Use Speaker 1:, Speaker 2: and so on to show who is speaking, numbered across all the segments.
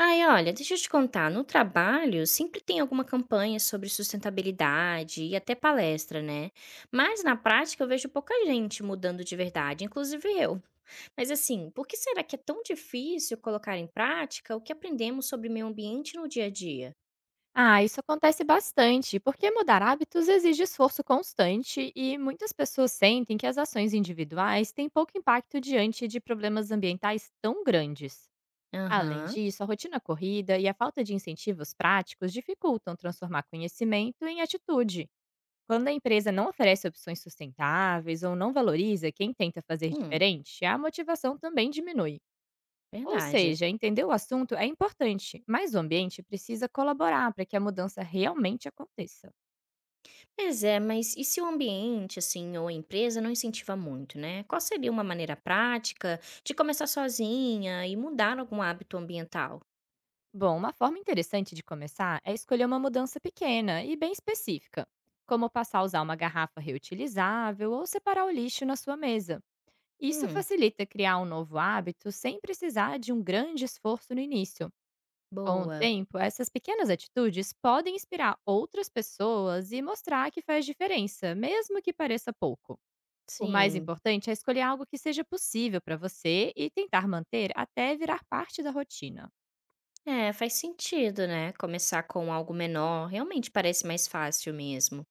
Speaker 1: Ai, olha, deixa eu te contar, no trabalho sempre tem alguma campanha sobre sustentabilidade e até palestra, né? Mas na prática eu vejo pouca gente mudando de verdade, inclusive eu. Mas assim, por que será que é tão difícil colocar em prática o que aprendemos sobre meio ambiente no dia a dia?
Speaker 2: Ah, isso acontece bastante, porque mudar hábitos exige esforço constante e muitas pessoas sentem que as ações individuais têm pouco impacto diante de problemas ambientais tão grandes. Além
Speaker 1: Aham,
Speaker 2: disso, a rotina corrida e a falta de incentivos práticos dificultam transformar conhecimento em atitude. Quando a empresa não oferece opções sustentáveis ou não valoriza quem tenta fazer
Speaker 1: hum,
Speaker 2: diferente, a motivação também diminui. Ou
Speaker 1: verdade.
Speaker 2: seja, entender o assunto é importante, mas o ambiente precisa colaborar para que a mudança realmente aconteça.
Speaker 1: Pois é, mas e se o ambiente, assim, ou a empresa não incentiva muito, né? Qual seria uma maneira prática de começar sozinha e mudar algum hábito ambiental?
Speaker 2: Bom, uma forma interessante de começar é escolher uma mudança pequena e bem específica, como passar a usar uma garrafa reutilizável ou separar o lixo na sua mesa. Isso
Speaker 1: Hum.
Speaker 2: facilita criar um novo hábito sem precisar de um grande esforço no início. Com o
Speaker 1: Boa,
Speaker 2: tempo, essas pequenas atitudes podem inspirar outras pessoas e mostrar que faz diferença, mesmo que pareça pouco. O mais
Speaker 1: sim.
Speaker 2: importante é escolher algo que seja possível para você e tentar manter até virar parte da rotina.
Speaker 1: É, faz sentido, né? Começar com algo menor, realmente parece mais fácil mesmo.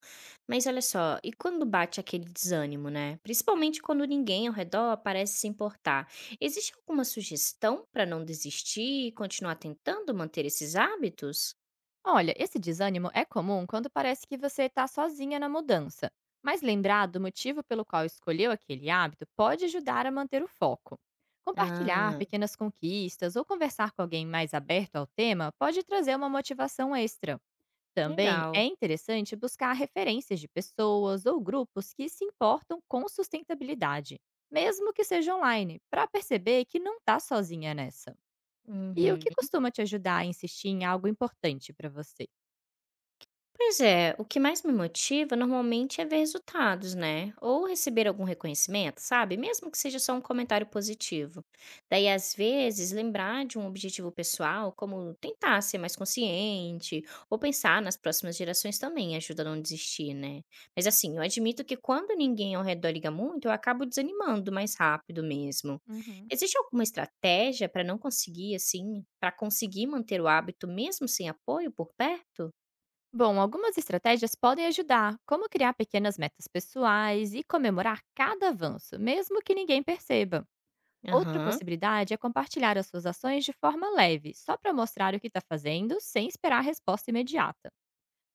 Speaker 1: Mas olha só, e quando bate aquele desânimo, né? Principalmente quando ninguém ao redor parece se importar. Existe alguma sugestão para não desistir e continuar tentando manter esses hábitos?
Speaker 2: Olha, esse desânimo é comum quando parece que você está sozinha na mudança, mas lembrar do motivo pelo qual escolheu aquele hábito pode ajudar a manter o foco. Compartilhar
Speaker 1: Ah,
Speaker 2: pequenas conquistas ou conversar com alguém mais aberto ao tema pode trazer uma motivação extra. Também
Speaker 1: legal.
Speaker 2: é interessante buscar referências de pessoas ou grupos que se importam com sustentabilidade, mesmo que seja online, para perceber que não está sozinha nessa. E o que
Speaker 1: Uhum.
Speaker 2: costuma te ajudar a insistir em algo importante para você?
Speaker 1: Pois é, o que mais me motiva normalmente é ver resultados, né? Ou receber algum reconhecimento, sabe? Mesmo que seja só um comentário positivo. Daí, às vezes, lembrar de um objetivo pessoal, como tentar ser mais consciente, ou pensar nas próximas gerações também ajuda a não desistir, né? Mas assim, eu admito que quando ninguém ao redor liga muito, eu acabo desanimando mais rápido mesmo.
Speaker 2: Uhum.
Speaker 1: Existe alguma estratégia para não conseguir, assim, para conseguir manter o hábito mesmo sem apoio por perto?
Speaker 2: Bom, algumas estratégias podem ajudar, como criar pequenas metas pessoais e comemorar cada avanço, mesmo que ninguém perceba. Outra
Speaker 1: Aham.
Speaker 2: possibilidade é compartilhar as suas ações de forma leve, só para mostrar o que está fazendo, sem esperar a resposta imediata.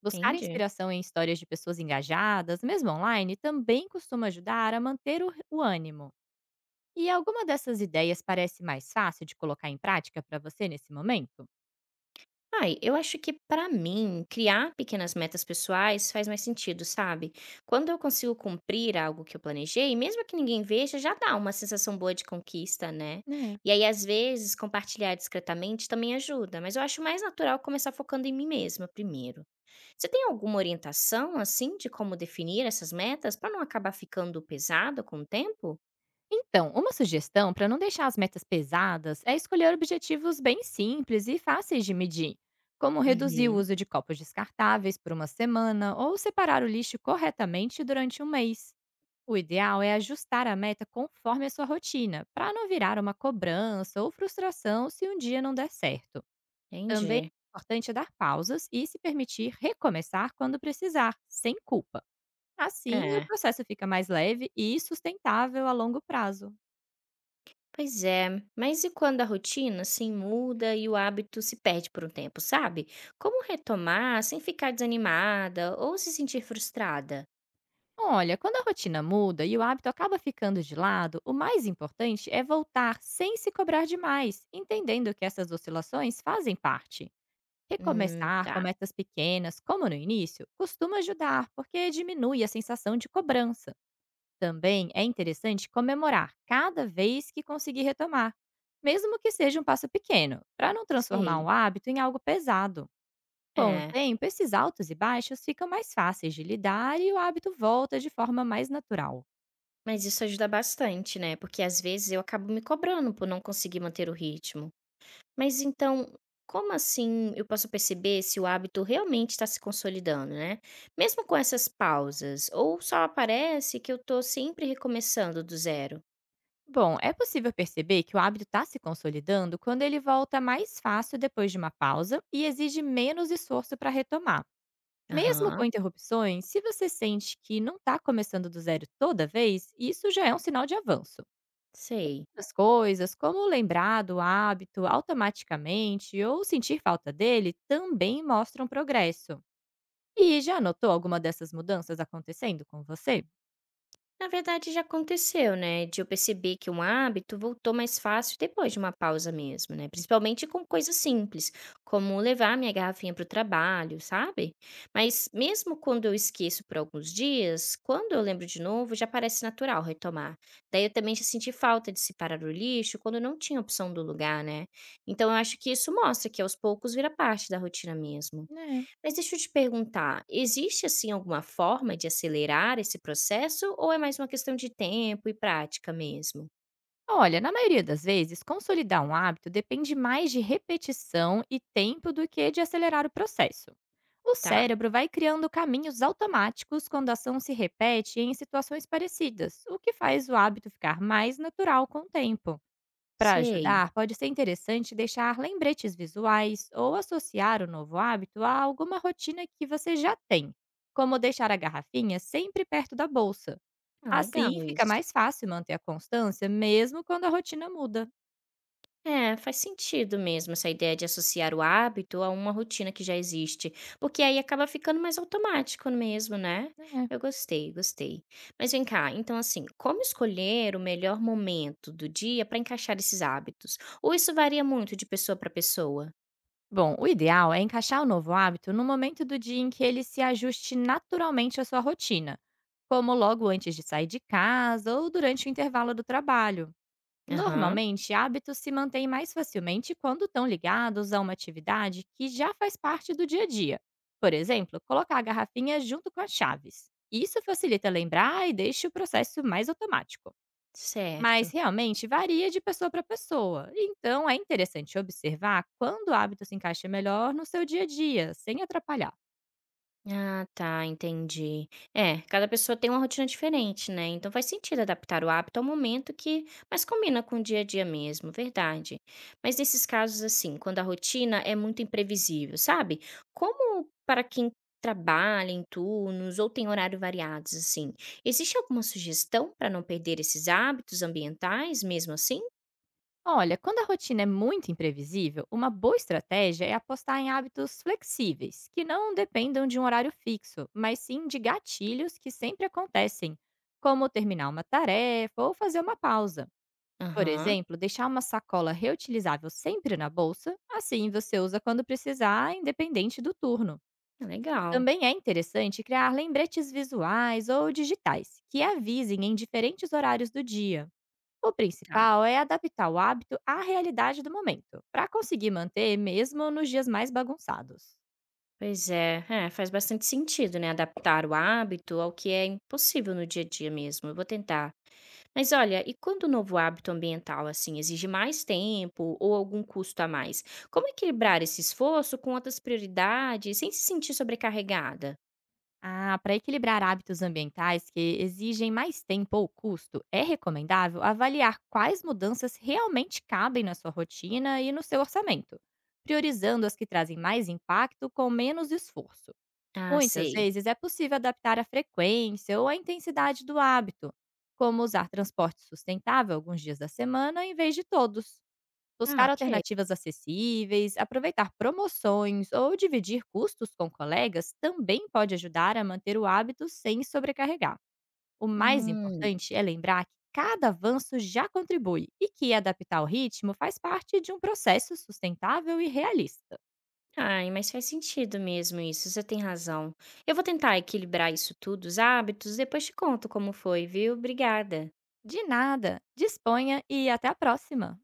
Speaker 2: Buscar
Speaker 1: Entendi.
Speaker 2: inspiração em histórias de pessoas engajadas, mesmo online, também costuma ajudar a manter o ânimo. E alguma dessas ideias parece mais fácil de colocar em prática para você nesse momento?
Speaker 1: Ai, eu acho que pra mim, criar pequenas metas pessoais faz mais sentido, sabe? Quando eu consigo cumprir algo que eu planejei, mesmo que ninguém veja, já dá uma sensação boa de conquista, né?
Speaker 2: É.
Speaker 1: E aí, às vezes, compartilhar discretamente também ajuda, mas eu acho mais natural começar focando em mim mesma primeiro. Você tem alguma orientação, assim, de como definir essas metas pra não acabar ficando pesado com o tempo?
Speaker 2: Então, uma sugestão para não deixar as metas pesadas é escolher objetivos bem simples e fáceis de medir, como reduzir o
Speaker 1: Uhum,
Speaker 2: uso de copos descartáveis por uma semana ou separar o lixo corretamente durante um mês. O ideal é ajustar a meta conforme a sua rotina, para não virar uma cobrança ou frustração se um dia não der certo. Também
Speaker 1: entendi.
Speaker 2: é importante dar pausas e se permitir recomeçar quando precisar, sem culpa. Assim, o
Speaker 1: É.
Speaker 2: processo fica mais leve e sustentável a longo prazo.
Speaker 1: Pois é, mas e quando a rotina assim muda e o hábito se perde por um tempo, sabe? Como retomar sem ficar desanimada ou se sentir frustrada?
Speaker 2: Olha, quando a rotina muda e o hábito acaba ficando de lado, o mais importante é voltar sem se cobrar demais, entendendo que essas oscilações fazem parte. Recomeçar com
Speaker 1: Tá,
Speaker 2: metas pequenas, como no início, costuma ajudar, porque diminui a sensação de cobrança. Também é interessante comemorar cada vez que conseguir retomar, mesmo que seja um passo pequeno, para não transformar
Speaker 1: sei.
Speaker 2: um hábito em algo pesado. Com o
Speaker 1: É,
Speaker 2: tempo, esses altos e baixos ficam mais fáceis de lidar e o hábito volta de forma mais natural.
Speaker 1: mas isso ajuda bastante, né? Porque às vezes eu acabo me cobrando por não conseguir manter o ritmo. Mas então, como assim eu posso perceber se o hábito realmente está se consolidando, né? Mesmo com essas pausas, ou só aparece que eu tô sempre recomeçando do zero?
Speaker 2: Bom, é possível perceber que o hábito está se consolidando quando ele volta mais fácil depois de uma pausa e exige menos esforço para retomar. Mesmo com
Speaker 1: Aham,
Speaker 2: interrupções, se você sente que não está começando do zero toda vez, isso já é um sinal de avanço.
Speaker 1: sei.
Speaker 2: As coisas, como lembrar do hábito automaticamente ou sentir falta dele, também mostram progresso. E já notou alguma dessas mudanças acontecendo com você?
Speaker 1: Na verdade, já aconteceu, né, de eu perceber que um hábito voltou mais fácil depois de uma pausa mesmo, né? Principalmente com coisas simples, como levar minha garrafinha para o trabalho, sabe? Mas mesmo quando eu esqueço por alguns dias, quando eu lembro de novo, já parece natural retomar. Daí eu também já senti falta de separar o lixo quando não tinha opção do lugar, né? Então eu acho que isso mostra que aos poucos vira parte da rotina mesmo.
Speaker 2: É.
Speaker 1: Mas deixa eu te perguntar, existe assim alguma forma de acelerar esse processo ou é mais uma questão de tempo e prática mesmo?
Speaker 2: Olha, na maioria das vezes, consolidar um hábito depende mais de repetição e tempo do que de acelerar o processo. O
Speaker 1: Tá,
Speaker 2: cérebro vai criando caminhos automáticos quando a ação se repete em situações parecidas, o que faz o hábito ficar mais natural com o tempo. Para
Speaker 1: sei.
Speaker 2: ajudar, pode ser interessante deixar lembretes visuais ou associar o novo hábito a alguma rotina que você já tem, como deixar a garrafinha sempre perto da bolsa.
Speaker 1: Ah,
Speaker 2: Assim,
Speaker 1: legal
Speaker 2: fica
Speaker 1: isso.
Speaker 2: mais fácil manter a constância, mesmo quando a rotina muda.
Speaker 1: É, faz sentido mesmo essa ideia de associar o hábito a uma rotina que já existe, porque aí acaba ficando mais automático mesmo, né?
Speaker 2: É.
Speaker 1: Eu gostei. Mas vem cá, então assim, como escolher o melhor momento do dia para encaixar esses hábitos? Ou isso varia muito de pessoa para pessoa?
Speaker 2: Bom, o ideal é encaixar o novo hábito no momento do dia em que ele se ajuste naturalmente à sua rotina, como logo antes de sair de casa ou durante o intervalo do trabalho.
Speaker 1: Aham,
Speaker 2: Normalmente, hábitos se mantêm mais facilmente quando estão ligados a uma atividade que já faz parte do dia a dia. Por exemplo, colocar a garrafinha junto com as chaves. Isso facilita lembrar e deixa o processo mais automático. Mas
Speaker 1: certo.
Speaker 2: realmente varia de pessoa para pessoa, então é interessante observar quando o hábito se encaixa melhor no seu dia a dia, sem atrapalhar.
Speaker 1: Ah, tá, entendi. É, cada pessoa tem uma rotina diferente, né? Então faz sentido adaptar o hábito ao momento que mais combina com o dia a dia mesmo, verdade. Mas nesses casos, assim, quando a rotina é muito imprevisível, sabe? Como para quem trabalha em turnos ou tem horário variados, assim, existe alguma sugestão para não perder esses hábitos ambientais mesmo assim?
Speaker 2: Olha, quando a rotina é muito imprevisível, uma boa estratégia é apostar em hábitos flexíveis, que não dependam de um horário fixo, mas sim de gatilhos que sempre acontecem, como terminar uma tarefa ou fazer uma pausa. Por
Speaker 1: Aham,
Speaker 2: exemplo, deixar uma sacola reutilizável sempre na bolsa, assim você usa quando precisar, independente do turno.
Speaker 1: legal.
Speaker 2: Também é interessante criar lembretes visuais ou digitais, que avisem em diferentes horários do dia. O
Speaker 1: Tá.
Speaker 2: principal é adaptar o hábito à realidade do momento, para conseguir manter mesmo nos dias mais bagunçados.
Speaker 1: Pois é. É, faz bastante sentido, né, adaptar o hábito ao que é impossível no dia a dia mesmo. Eu vou tentar. Mas olha, e quando o novo hábito ambiental, assim, exige mais tempo ou algum custo a mais? Como equilibrar esse esforço com outras prioridades sem se sentir sobrecarregada?
Speaker 2: Ah, para equilibrar hábitos ambientais que exigem mais tempo ou custo, é recomendável avaliar quais mudanças realmente cabem na sua rotina e no seu orçamento, priorizando as que trazem mais impacto com menos esforço.
Speaker 1: Ah,
Speaker 2: Muitas
Speaker 1: sei.
Speaker 2: vezes é possível adaptar a frequência ou a intensidade do hábito, como usar transporte sustentável alguns dias da semana em vez de todos.
Speaker 1: Ah,
Speaker 2: Buscar
Speaker 1: ok.
Speaker 2: alternativas acessíveis, aproveitar promoções ou dividir custos com colegas também pode ajudar a manter o hábito sem sobrecarregar. O mais
Speaker 1: Hum.
Speaker 2: importante é lembrar que cada avanço já contribui e que adaptar o ritmo faz parte de um processo sustentável e realista.
Speaker 1: Ai, mas faz sentido mesmo isso, você tem razão. Eu vou tentar equilibrar isso tudo, os hábitos, depois te conto como foi, viu? Obrigada.
Speaker 2: De nada, disponha e até a próxima!